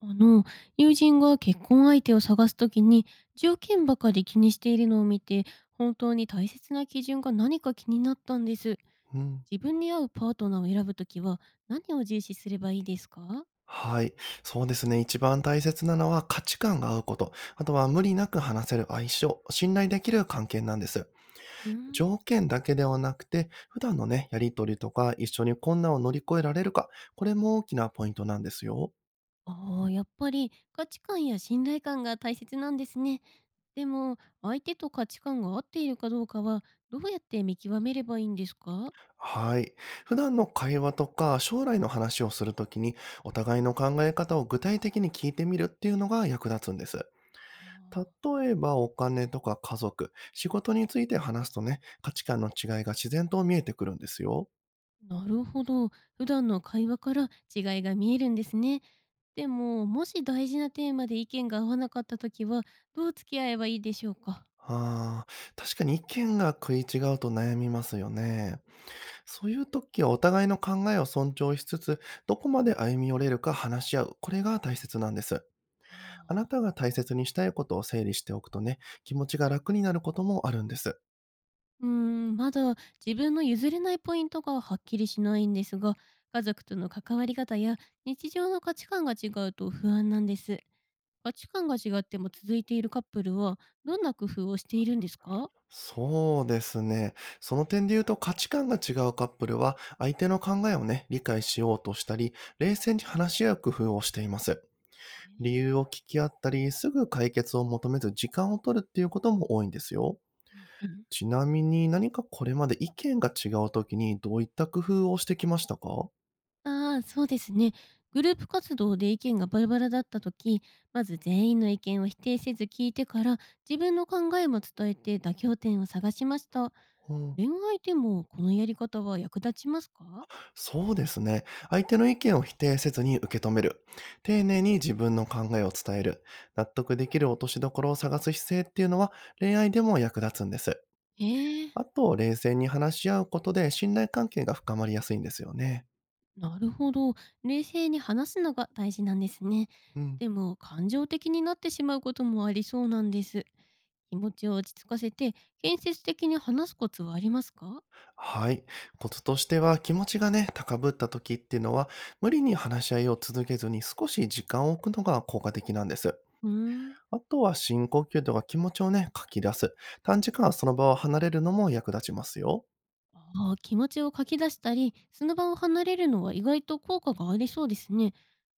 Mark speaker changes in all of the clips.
Speaker 1: あの、友人が結婚相手を探すときに、条件ばかり気にしているのを見て、本当に大切な基準が何か気になったんです。
Speaker 2: うん。
Speaker 1: 自分に合うパートナーを選ぶときは、何を重視すればいいですか？
Speaker 2: はい。そうですね。一番大切なのは価値観が合うこと。あとは無理なく話せる相性、信頼できる関係なんです。
Speaker 1: うーん。
Speaker 2: 条件だけではなくて、普段のね、やりとりとか、一緒に困難を乗り越えられるか、これも大きなポイントなんですよ。
Speaker 1: ああ、やっぱり価値観や信頼感が大切なんですね。でも、相手と価値観が合っているかどうかは、どうやって見極めればいいんですか？
Speaker 2: はい。普段の会話とか、将来の話をするときに、お互いの考え方を具体的に聞いてみるっていうのが役立つんです。
Speaker 1: あ
Speaker 2: 例えばお金とか家族、仕事について話すとね、価値観の違いが自然と見えてくるんですよ。
Speaker 1: ー、なるほど。普段の会話から違いが見えるんですね。でも、もし大事なテーマで意見が合わなかった時は、どう付き合えばいいでしょうか？
Speaker 2: ああ、確かに意見が食い違うと悩みますよね。そういう時はお互いの考えを尊重しつつ、どこまで歩み寄れるか話し合う。これが大切なんです。あな
Speaker 1: あ
Speaker 2: たが大切にしたいことを整理しておくとね、気持ちが楽になることもあるんです。
Speaker 1: ー、うーん、まだ自分の譲れないポイントがはっきりしないんですが、家族との関わり方や日常の価値観が違うと不安なんです。価値観が違っても続いているカップルは、どんな工夫をしているんですか？
Speaker 2: そうですね。その点で言うと価値観が違うカップルは相手の考えをね、理解しようとしたり、冷静に話し合う工夫をしています。理由
Speaker 1: ね。
Speaker 2: を聞き合ったり、すぐ解決を求めず時間を取るっていうことも多いんですよ。
Speaker 1: うん。
Speaker 2: ちなみに何かこれまで意見が違う時にどういった工夫をしてきましたか。
Speaker 1: ああ、そうですね。グループ活動で意見がバラバラだった時、まず全員の意見を否定せず聞いてから、自分の考えも伝えて妥協点を探しました。
Speaker 2: うん。
Speaker 1: 恋愛でもこのやり方は役立ちますか？
Speaker 2: そうですね。相手の意見を否定せずに受け止める。丁寧に自分の考えを伝える。納得できる落としどころを探す姿勢っていうのは恋愛でも役立つんです。
Speaker 1: へえ、
Speaker 2: あと、冷静に話し合うことで信頼関係が深まりやすいんですよね。
Speaker 1: なるほど。冷静に話すのが大事なんですね。
Speaker 2: うん。
Speaker 1: でも、感情的になってしまうこともありそうなんです。気持ちを落ち着かせて、建設的に話すコツはありますか？
Speaker 2: はい。コツとしては気持ちがね、高ぶった時っていうのは無理に話し合いを続けずに少し時間を置くのが効果的なんです。
Speaker 1: うーん。
Speaker 2: あとは深呼吸とか気持ちをね、書き出す。短時間その場を離れるのも役立ちますよ。
Speaker 1: ああ、気持ちを書き出したり、その場を離れるのは意外と効果がありそうですね。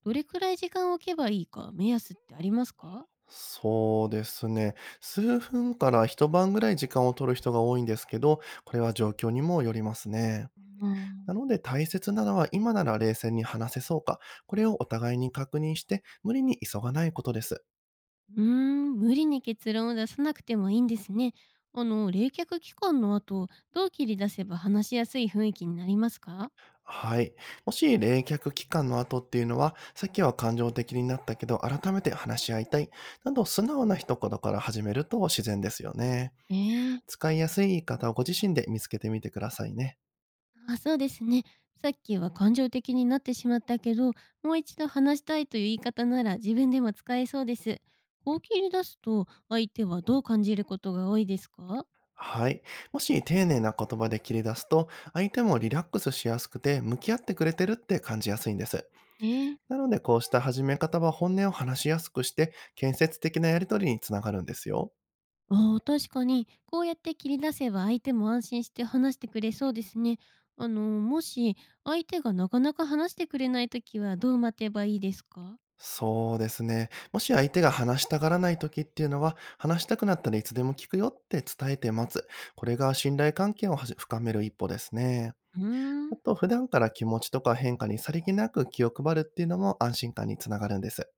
Speaker 1: どれくらい時間を置けばいいか目安ってありますか？
Speaker 2: そうですね。数分から一晩ぐらい時間を取る人が多いんですけど、これは状況にもよりますね。
Speaker 1: あー、
Speaker 2: なので大切なのは今なら冷静に話せそうか、これをお互いに確認して無理に急がないことです。
Speaker 1: うーん、無理に結論を出さなくてもいいんですね。冷却期間の後、どう切り出せば話しやすい雰囲気になりますか？
Speaker 2: はい。もし冷却期間の後っていうのは、さっきは感情的になったけど改めて話し合いたい、など素直な一言から始めると自然ですよね。
Speaker 1: ええ。
Speaker 2: 使いやすい言い方をご自身で見つけてみてくださいね。
Speaker 1: あ、そうですね。さっきは感情的になってしまったけど、もう一度話したいという言い方なら自分でも使えそうです。こう切り出すと相手はどう感じることが多いですか？
Speaker 2: はい。もし丁寧な言葉で切り出すと、相手もリラックスしやすくて、向き合ってくれてるって感じやすいんです。
Speaker 1: えー、
Speaker 2: なので、こうした始め方は本音を話しやすくして、建設的なやりとりにつながるんですよ。
Speaker 1: あー、確かに、こうやって切り出せば相手も安心して話してくれそうですね。もし相手がなかなか話してくれないときはどう待てばいいですか？
Speaker 2: そうですね。もし相手が話したがらない時っていうのは、話したくなったらいつでも聞くよって伝えて待つ。これが信頼関係をはじ深める一歩ですね。
Speaker 1: うー
Speaker 2: あ
Speaker 1: ん。
Speaker 2: と、普段から気持ちとか変化にさりげなく気を配るっていうのも安心感につながるんです。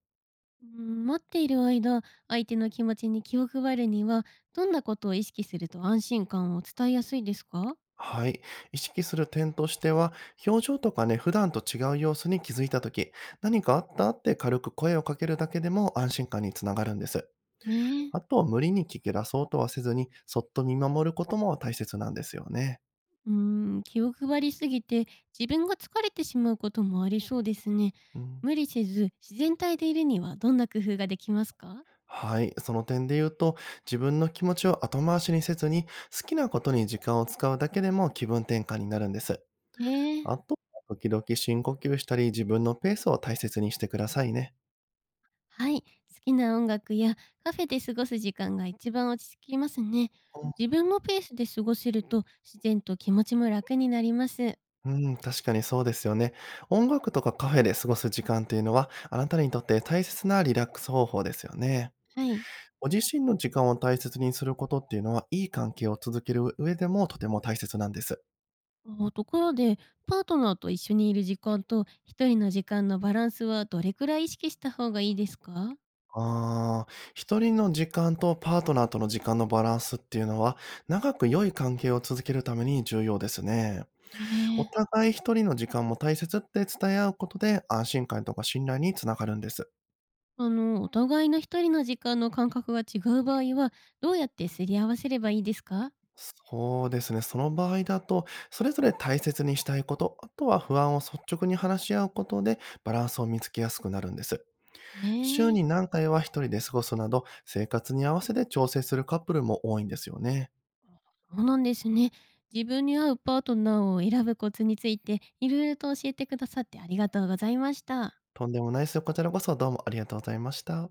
Speaker 1: うん、待っている間、相手の気持ちに気を配るには、どんなことを意識すると安心感を伝えやすいですか？
Speaker 2: はい。意識する点としては、表情とかね、普段と違う様子に気づいたとき、何かあったって軽く声をかけるだけでも安心感につながるんです。
Speaker 1: ねえ。
Speaker 2: あとは無理に聞き出そうとはせずに、そっと見守ることも大切なんですよね。
Speaker 1: うん、気を配りすぎて自分が疲れてしまうこともありそうですね。
Speaker 2: うん。
Speaker 1: 無理せず自然体でいるにはどんな工夫ができますか？
Speaker 2: はい。その点で言うと、自分の気持ちを後回しにせずに、好きなことに時間を使うだけでも気分転換になるんです。
Speaker 1: ね、え、
Speaker 2: あと、時々深呼吸したり、自分のペースを大切にしてくださいね。
Speaker 1: はい。好きな音楽やカフェで過ごす時間が一番落ち着きますね。自分のペースで過ごせると自然と気持ちも楽になります。
Speaker 2: うん、確かにそうですよね。音楽とかカフェで過ごす時間っていうのは、あなたにとって大切なリラックス方法ですよね。
Speaker 1: はい。
Speaker 2: ご自身の時間を大切にすることっていうのは、いい関係を続ける上でもとても大切なんです。
Speaker 1: あ、ところで、パートナーと一緒にいる時間と一人の時間のバランスはどれくらい意識した方がいいですか？
Speaker 2: ああ、一人の時間とパートナーとの時間のバランスっていうのは、長く良い関係を続けるために重要ですね。
Speaker 1: え
Speaker 2: お
Speaker 1: え。
Speaker 2: 互い一人の時間も大切って伝え合うことで、安心感とか信頼につながるんです。
Speaker 1: お互いの一人の時間の感覚が違う場合は、どうやってすり合わせればいいですか？
Speaker 2: そうですね。その場合だと、それぞれ大切にしたいこと、あとは不安を率直に話し合うことでバランスを見つけやすくなるんです。
Speaker 1: え
Speaker 2: 週
Speaker 1: え。
Speaker 2: に何回は一人で過ごすなど、生活に合わせて調整するカップルも多いんですよね。
Speaker 1: そうなんですね。自分に合うパートナーを選ぶコツについて、いろいろと教えてくださってありがとうございました。
Speaker 2: とんでもないですよ。こちらこそどうもありがとうございました。